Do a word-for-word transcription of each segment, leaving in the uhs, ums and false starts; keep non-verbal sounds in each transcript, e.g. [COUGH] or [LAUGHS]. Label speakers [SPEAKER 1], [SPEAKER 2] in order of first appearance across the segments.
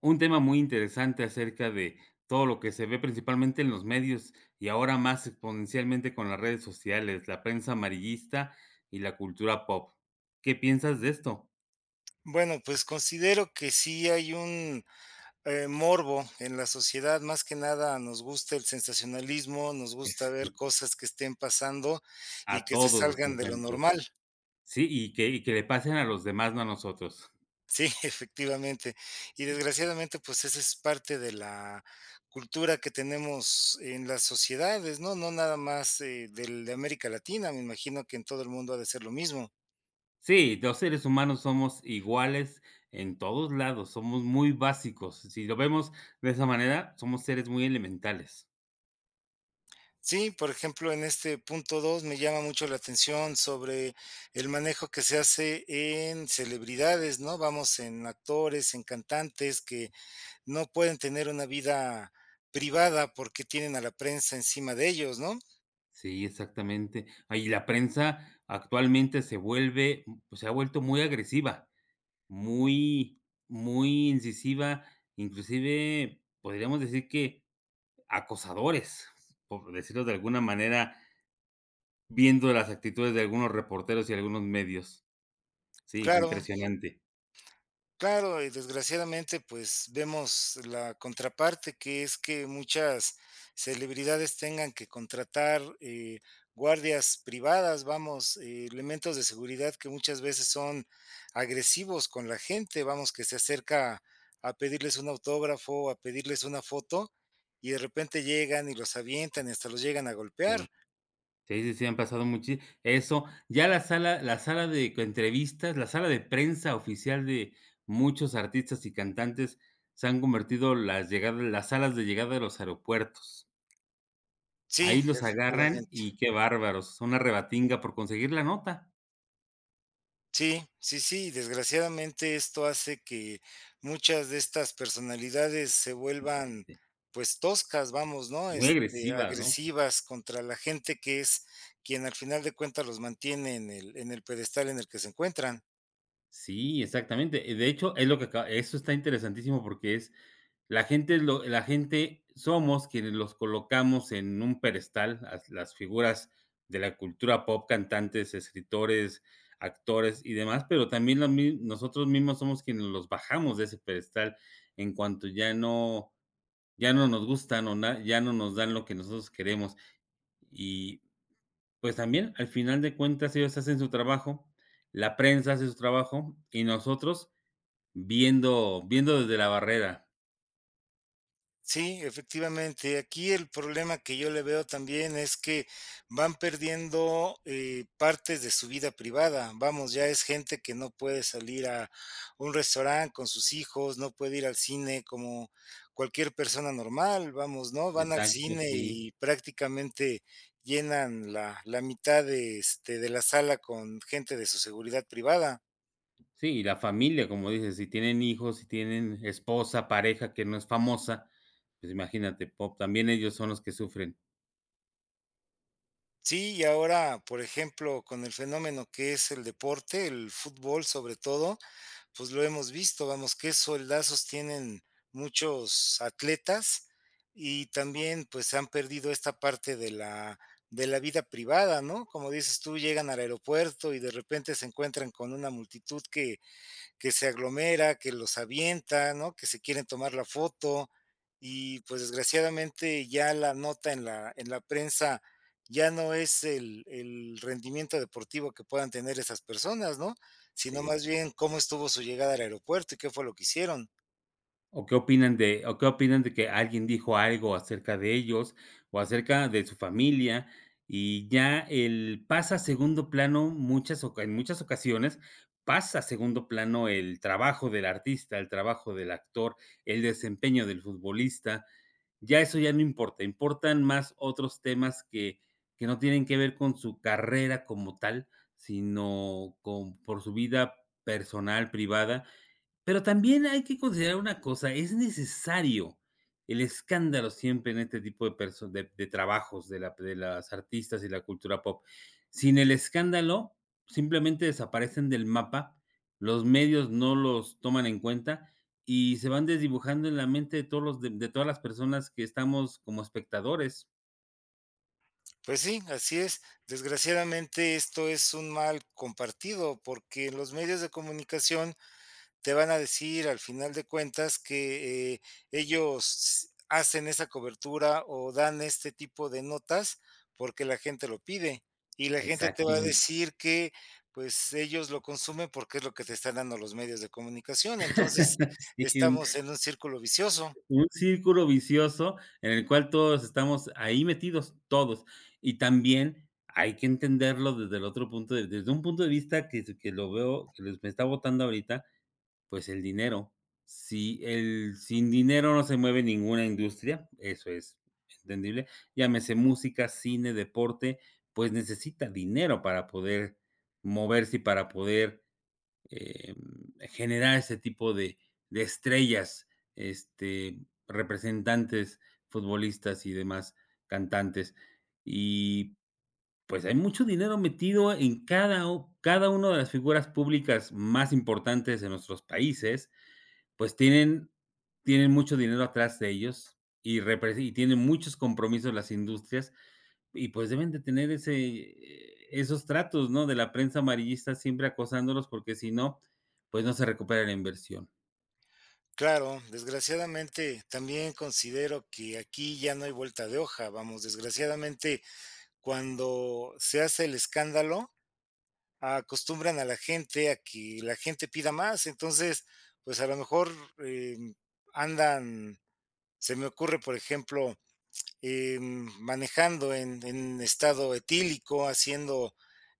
[SPEAKER 1] Un tema muy interesante acerca de todo lo que se ve principalmente en los medios y ahora más exponencialmente con las redes sociales, la prensa amarillista y la cultura pop. ¿Qué piensas de esto?
[SPEAKER 2] Bueno, pues considero que sí hay un eh, morbo en la sociedad, más que nada nos gusta el sensacionalismo, nos
[SPEAKER 1] Eh,
[SPEAKER 2] gusta ver
[SPEAKER 1] sí,
[SPEAKER 2] cosas que estén pasando y
[SPEAKER 1] a
[SPEAKER 2] que se
[SPEAKER 1] todos nos
[SPEAKER 2] salgan de lo
[SPEAKER 1] encanta.
[SPEAKER 2] normal.
[SPEAKER 1] Sí, y que y que le pasen a los demás, no a nosotros.
[SPEAKER 2] Sí, [LAUGHS] efectivamente. Y desgraciadamente, pues esa es parte de la cultura que tenemos en las sociedades, ¿no? No nada más eh, del, de América Latina, me imagino que en todo el mundo ha de ser lo mismo.
[SPEAKER 1] Sí, los seres humanos somos iguales en todos lados, somos muy básicos. Si lo vemos de esa manera, somos seres muy elementales.
[SPEAKER 2] Sí, por ejemplo, en este punto dos me llama mucho la atención sobre el manejo que se hace en celebridades, ¿no? Vamos, en actores, en cantantes que no pueden tener una vida privada porque tienen a la prensa encima de ellos, ¿no?
[SPEAKER 1] Sí, exactamente. Ay, la prensa actualmente se vuelve, pues, se ha vuelto muy agresiva, muy, muy incisiva, inclusive podríamos decir que acosadores, por decirlo de alguna manera, viendo las actitudes de algunos reporteros y algunos medios. Sí,
[SPEAKER 2] Claro,
[SPEAKER 1] impresionante.
[SPEAKER 2] claro, y desgraciadamente, pues vemos la contraparte, que es que muchas celebridades tengan que contratar eh, guardias privadas, vamos, eh, elementos de seguridad que muchas veces son agresivos con la gente, vamos, que se acerca a pedirles un autógrafo, a pedirles una foto, y de repente llegan y los avientan y hasta los llegan a golpear.
[SPEAKER 1] Sí. Sí, sí, sí, han pasado muchi eso, ya la sala la sala de entrevistas, la sala de prensa oficial de muchos artistas y cantantes se han convertido las llegadas las salas de llegada de los aeropuertos.
[SPEAKER 2] Sí,
[SPEAKER 1] Ahí los agarran
[SPEAKER 2] efectivamente.
[SPEAKER 1] y qué bárbaros, una rebatinga por conseguir la nota,
[SPEAKER 2] Sí, sí, sí, desgraciadamente esto hace que muchas de estas personalidades se vuelvan, pues, toscas, vamos, ¿no?
[SPEAKER 1] muy
[SPEAKER 2] Este,
[SPEAKER 1] agresivas, ¿no?
[SPEAKER 2] agresivas contra la gente que es quien al final de cuentas los mantiene en el en el pedestal en el que se encuentran.
[SPEAKER 1] Sí, exactamente. De hecho, es lo que acaba eso está interesantísimo porque es la gente es lo la gente somos quienes los colocamos en un pedestal, las las figuras de la cultura pop, cantantes, escritores, actores y demás, pero también lo mi nosotros mismos somos quienes los bajamos de ese pedestal en cuanto ya no ya no nos gustan o na ya no nos dan lo que nosotros queremos. Y, pues, también, al final de cuentas, ellos hacen su trabajo, la prensa hace su trabajo y nosotros Viendo viendo desde la barrera.
[SPEAKER 2] Sí, efectivamente. Aquí el problema que yo le veo también es que van perdiendo eh, partes de su vida privada. Vamos, ya es gente que no puede salir a un restaurante con sus hijos, no puede ir al cine como cualquier persona normal. Vamos, ¿no? Van al
[SPEAKER 1] Exacto,
[SPEAKER 2] cine
[SPEAKER 1] sí.
[SPEAKER 2] y prácticamente llenan la, la mitad de, este, de la sala con gente de su seguridad privada.
[SPEAKER 1] Sí, y la familia, como dices, si tienen hijos, si tienen esposa, pareja que no es famosa, pues imagínate, pop también ellos son los que sufren.
[SPEAKER 2] Sí, y ahora, por ejemplo, con el fenómeno que es el deporte, el fútbol sobre todo, pues lo hemos visto, vamos, qué soldazos tienen muchos atletas y también pues han perdido esta parte de la, de la vida privada, ¿no? Como dices tú, llegan al aeropuerto y de repente se encuentran con una multitud que que se aglomera, que los avienta, ¿no? Que se quieren tomar la foto y pues desgraciadamente ya la nota en la, en la prensa ya no es el, el rendimiento deportivo que puedan tener esas personas, ¿no? Sino
[SPEAKER 1] Sí.
[SPEAKER 2] más bien cómo estuvo su llegada al aeropuerto y qué fue lo que hicieron.
[SPEAKER 1] ¿O qué opinan de o qué opinan de que alguien dijo algo acerca de ellos o acerca de su familia? Y ya el pasa a segundo plano muchas oca en muchas ocasiones pasa a segundo plano el trabajo del artista, el trabajo del actor, el desempeño del futbolista. Ya eso ya no importa, importan más otros temas que que no tienen que ver con su carrera como tal, sino con por su vida personal, privada, pero también hay que considerar una cosa, es necesario el escándalo siempre en este tipo de perso de de trabajos de la de las artistas y la cultura pop. Sin el escándalo, simplemente desaparecen del mapa, los medios no los toman en cuenta y se van desdibujando en la mente de todos los de de todas las personas que estamos como espectadores.
[SPEAKER 2] Pues sí, así es. Desgraciadamente esto es un mal compartido porque los medios de comunicación te van a decir al final de cuentas que, eh, ellos hacen esa cobertura o dan este tipo de notas porque la gente lo pide, y la gente te va a
[SPEAKER 1] Exactamente.
[SPEAKER 2] decir que, pues, ellos lo consumen porque es lo que te están dando los medios de comunicación. Entonces,
[SPEAKER 1] [LAUGHS] Sí.
[SPEAKER 2] estamos en un círculo vicioso.
[SPEAKER 1] Un círculo vicioso en el cual todos estamos ahí metidos, todos. Y también hay que entenderlo desde el otro punto de desde un punto de vista que que lo veo, que les me está botando ahorita, pues el dinero. Si el sin dinero no se mueve ninguna industria, eso es entendible. Llámese música, cine, deporte, pues necesita dinero para poder moverse y para poder eh, generar este tipo de, de estrellas, este, representantes, futbolistas y demás cantantes. Y pues hay mucho dinero metido en cada, u- cada una de las figuras públicas más importantes de nuestros países, pues tienen, tienen mucho dinero atrás de ellos y, repre- y tienen muchos compromisos las industrias y pues deben de tener ese, eh, esos tratos, ¿no? De la prensa amarillista siempre acosándolos, porque si no, pues no se recupera la inversión.
[SPEAKER 2] Claro, desgraciadamente también considero que aquí ya no hay vuelta de hoja, vamos, desgraciadamente, cuando se hace el escándalo, acostumbran a la gente a que la gente pida más. Entonces, pues a lo mejor em, andan, se me ocurre, por ejemplo, em, manejando en, en estado etílico, haciendo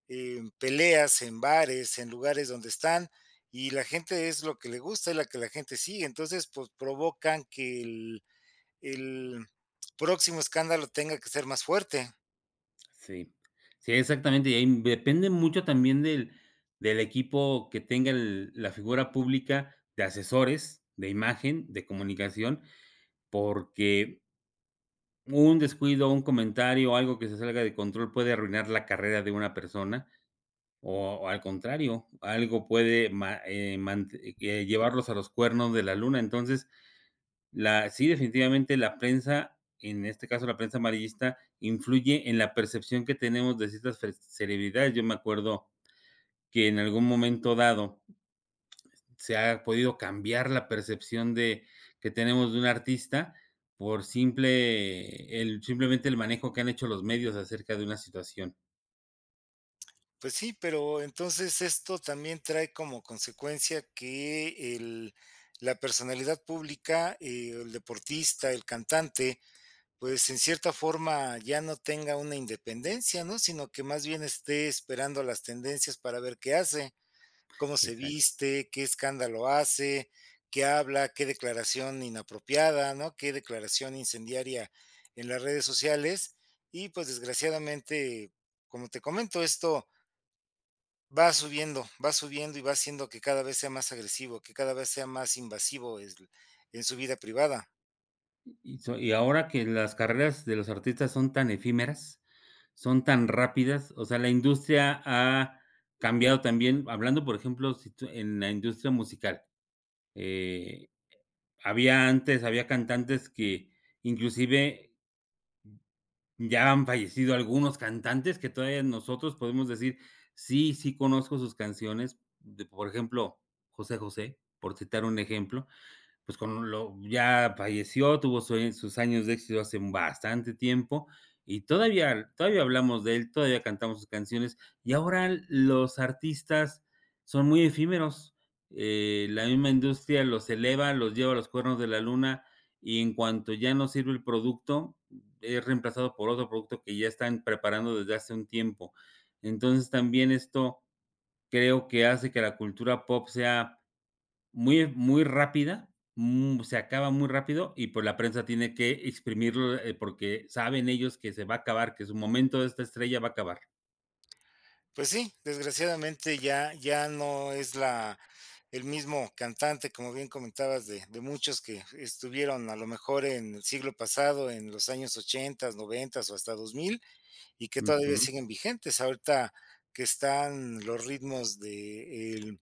[SPEAKER 2] em, peleas en bares, en lugares donde están, y la gente es lo que le gusta, es la que la gente sigue. Entonces, pues provocan que el, el próximo escándalo tenga que ser más fuerte.
[SPEAKER 1] Sí. Sí, exactamente. Y ahí depende mucho también del, del equipo que tenga el- la figura pública de asesores, de imagen, de comunicación, porque un descuido, un comentario o algo que se salga de control puede arruinar la carrera de una persona. O o al contrario, algo puede ma eh, mant eh, llevarlos a los cuernos de la luna. Entonces, la sí, definitivamente la prensa, en este caso la prensa amarillista, influye en la percepción que tenemos de ciertas fre celebridades. Yo me acuerdo que en algún momento dado se ha podido cambiar la percepción de que tenemos de un artista por simple el simplemente el manejo que han hecho los medios acerca de una situación.
[SPEAKER 2] Pues sí, pero entonces esto también trae como consecuencia que el la personalidad pública, eh, el deportista, el cantante, pues en cierta forma ya no tenga una independencia, ¿no? Sino que más bien esté esperando las tendencias para ver qué hace, cómo se
[SPEAKER 1] Esa
[SPEAKER 2] viste, qué escándalo hace, qué habla, qué declaración inapropiada, ¿no? Qué declaración incendiaria en las redes sociales. Y pues desgraciadamente, como te comento, esto va subiendo, va subiendo y va haciendo que cada vez sea más agresivo, que cada vez sea más invasivo es en su vida privada.
[SPEAKER 1] Y so y ahora que las carreras de los artistas son tan efímeras, son tan rápidas, o sea, la industria ha cambiado también, hablando, por ejemplo, si tú en la industria musical, eh, había antes había cantantes que inclusive ya han fallecido algunos cantantes que todavía nosotros podemos decir: "Sí, sí conozco sus canciones", de por ejemplo, José José, por citar un ejemplo, pues, con lo ya falleció, tuvo su sus años de éxito hace bastante tiempo, y todavía todavía hablamos de él, todavía cantamos sus canciones, y ahora los artistas son muy efímeros. Eh, la misma industria los eleva, los lleva a los cuernos de la luna, y en cuanto ya no sirve el producto, es reemplazado por otro producto que ya están preparando desde hace un tiempo. Entonces, también esto creo que hace que la cultura pop sea muy muy rápida, mm, se acaba muy rápido y, pues, la prensa tiene que exprimirlo, eh, porque saben ellos que se va a acabar, que su momento de esta estrella va a acabar.
[SPEAKER 2] Pues sí, desgraciadamente ya ya no es la el mismo cantante, como bien comentabas, de de muchos que estuvieron a lo mejor en el siglo pasado, en los años ochenta, noventa o hasta dos mil, y que todavía
[SPEAKER 1] Ujú.
[SPEAKER 2] siguen vigentes. Ahorita que están los ritmos del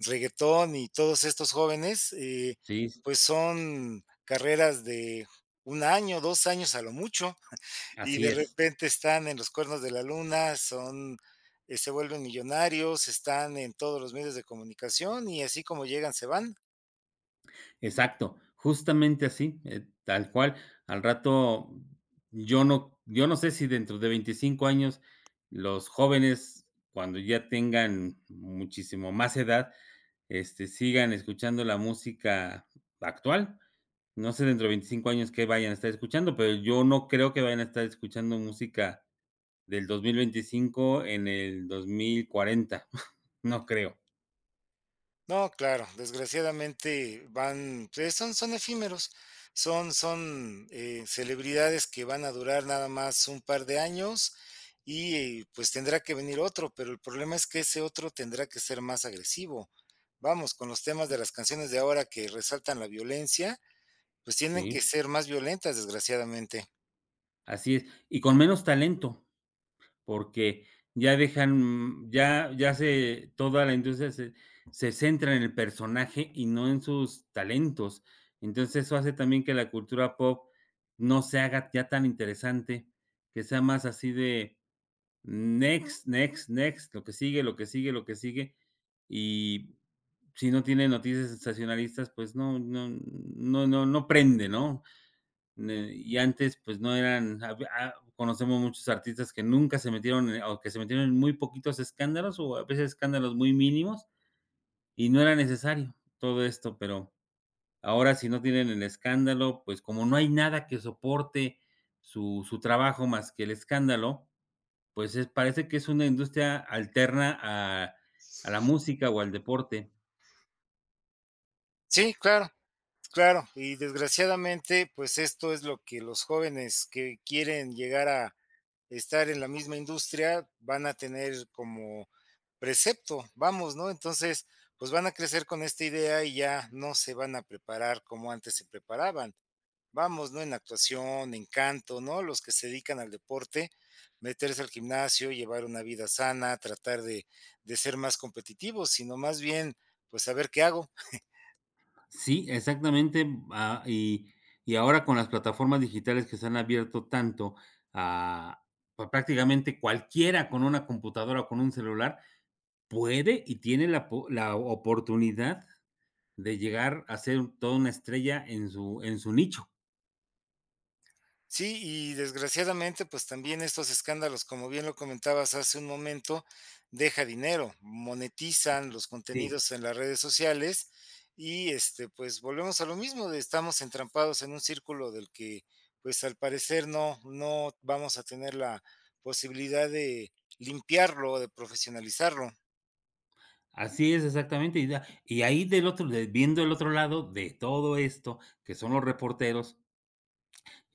[SPEAKER 2] reggaetón y todos estos jóvenes, eh,
[SPEAKER 1] Sí, s
[SPEAKER 2] pues son carreras de un año, dos años a lo mucho, y
[SPEAKER 1] así
[SPEAKER 2] de
[SPEAKER 1] es.
[SPEAKER 2] repente están en los cuernos de la luna, son, eh, se vuelven millonarios, están en todos los medios de comunicación y así como llegan, se van.
[SPEAKER 1] Exacto, justamente así, eh, tal cual. Al rato, yo no yo no sé si dentro de veinticinco años los jóvenes, cuando ya tengan muchísimo más edad, este, sigan escuchando la música actual. No sé dentro de veinticinco años qué vayan a estar escuchando, pero yo no creo que vayan a estar escuchando música del dos mil veinticinco en el dos mil cuarenta. [LAUGHS] No creo,
[SPEAKER 2] No, claro, desgraciadamente van, pues, son son efímeros, son son, eh, celebridades que van a durar nada más un par de años y, eh, pues, tendrá que venir otro, pero el problema es que ese otro tendrá que ser más agresivo. Vamos, con los temas de las canciones de ahora que resaltan la violencia, pues, tienen
[SPEAKER 1] ¿sí?
[SPEAKER 2] que ser más violentas, desgraciadamente.
[SPEAKER 1] Así es, y con menos talento, porque ya dejan, ya ya se toda la industria se se centra en el personaje y no en sus talentos. Entonces, eso hace también que la cultura pop no se haga ya tan interesante, que sea más así de next, next, next, lo que sigue, lo que sigue, lo que sigue. Y si no tiene noticias sensacionalistas, pues no, no, no, no, no prende, ¿no? Ne- Y antes, pues no eran, hab- ah, conocemos muchos artistas que nunca se metieron, en- o que se metieron en muy poquitos escándalos, o a veces escándalos muy mínimos, y no era necesario todo esto, pero ahora si no tienen el escándalo, pues como no hay nada que soporte su, su trabajo más que el escándalo, pues es parece que es una industria alterna a a la música o al deporte.
[SPEAKER 2] Sí, claro, claro, y desgraciadamente, pues, esto es lo que los jóvenes que quieren llegar a estar en la misma industria, van a tener como precepto, vamos, ¿no? Entonces, pues van a crecer con esta idea y ya no se van a preparar como antes se preparaban. Vamos, ¿no? En actuación, en canto, ¿no? Los que se dedican al deporte, meterse al gimnasio, llevar una vida sana, tratar de, de ser más competitivos, sino más bien, pues saber qué hago.
[SPEAKER 1] Sí, exactamente, ah, y y ahora con las plataformas digitales que se han abierto tanto a pues, prácticamente cualquiera con una computadora o con un celular puede y tiene la po la oportunidad de llegar a ser toda una estrella en su en su nicho.
[SPEAKER 2] Sí, y desgraciadamente, pues también estos escándalos, como bien lo comentabas hace un momento, deja dinero, monetizan los
[SPEAKER 1] Sí.
[SPEAKER 2] contenidos en las redes sociales y este, pues volvemos a lo mismo, de estamos entrampados en un círculo del que, pues al parecer no, no vamos a tener la posibilidad de limpiarlo o de profesionalizarlo.
[SPEAKER 1] Así es, exactamente, y da y ahí del otro de viendo el otro lado de todo esto, que son los reporteros,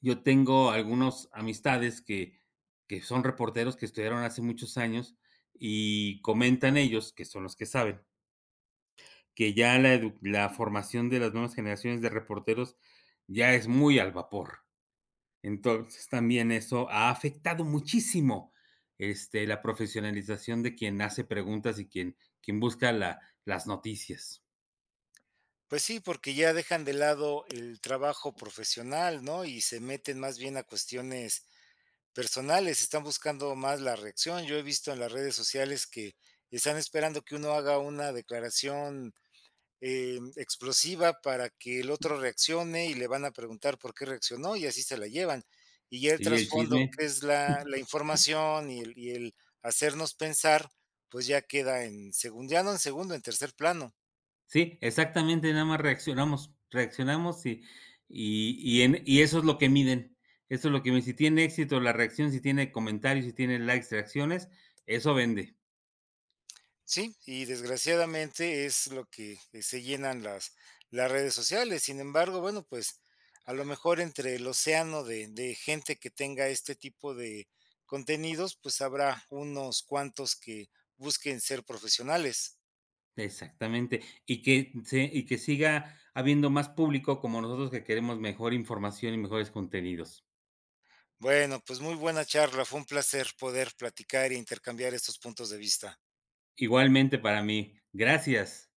[SPEAKER 1] yo tengo algunos amistades que, que son reporteros que estudiaron hace muchos años y comentan ellos, que son los que saben, que ya la, edu- la formación de las nuevas generaciones de reporteros ya es muy al vapor. Entonces también eso ha afectado muchísimo este, la profesionalización de quien hace preguntas y quien, quien busca la, las noticias.
[SPEAKER 2] Pues sí, porque ya dejan de lado el trabajo profesional, ¿no? Y se meten más bien a cuestiones personales, están buscando más la reacción. Yo he visto en las redes sociales que están esperando que uno haga una declaración, em, explosiva para que el otro reaccione y le van a preguntar por qué reaccionó y así se la llevan. Y ya el
[SPEAKER 1] Sí, el chisme.
[SPEAKER 2] trasfondo, que es la la información y el y el hacernos pensar, pues ya queda en segundo, ya no en segundo, en tercer plano.
[SPEAKER 1] Sí, exactamente, nada más reaccionamos, reaccionamos y y y en y eso es lo que miden, eso es lo que miden, si tiene éxito la reacción, si tiene comentarios, si tiene likes, reacciones, eso vende.
[SPEAKER 2] Sí, y desgraciadamente es lo que eh, se llenan las, las redes sociales. Sin embargo, bueno, pues a lo mejor entre el océano de, de gente que tenga este tipo de contenidos, pues habrá unos cuantos que busquen ser profesionales.
[SPEAKER 1] Exactamente, y que se y que siga habiendo más público como nosotros que queremos mejor información y mejores contenidos.
[SPEAKER 2] Bueno, pues muy buena charla, fue un placer poder platicar e intercambiar estos puntos de vista.
[SPEAKER 1] Igualmente para mí, gracias.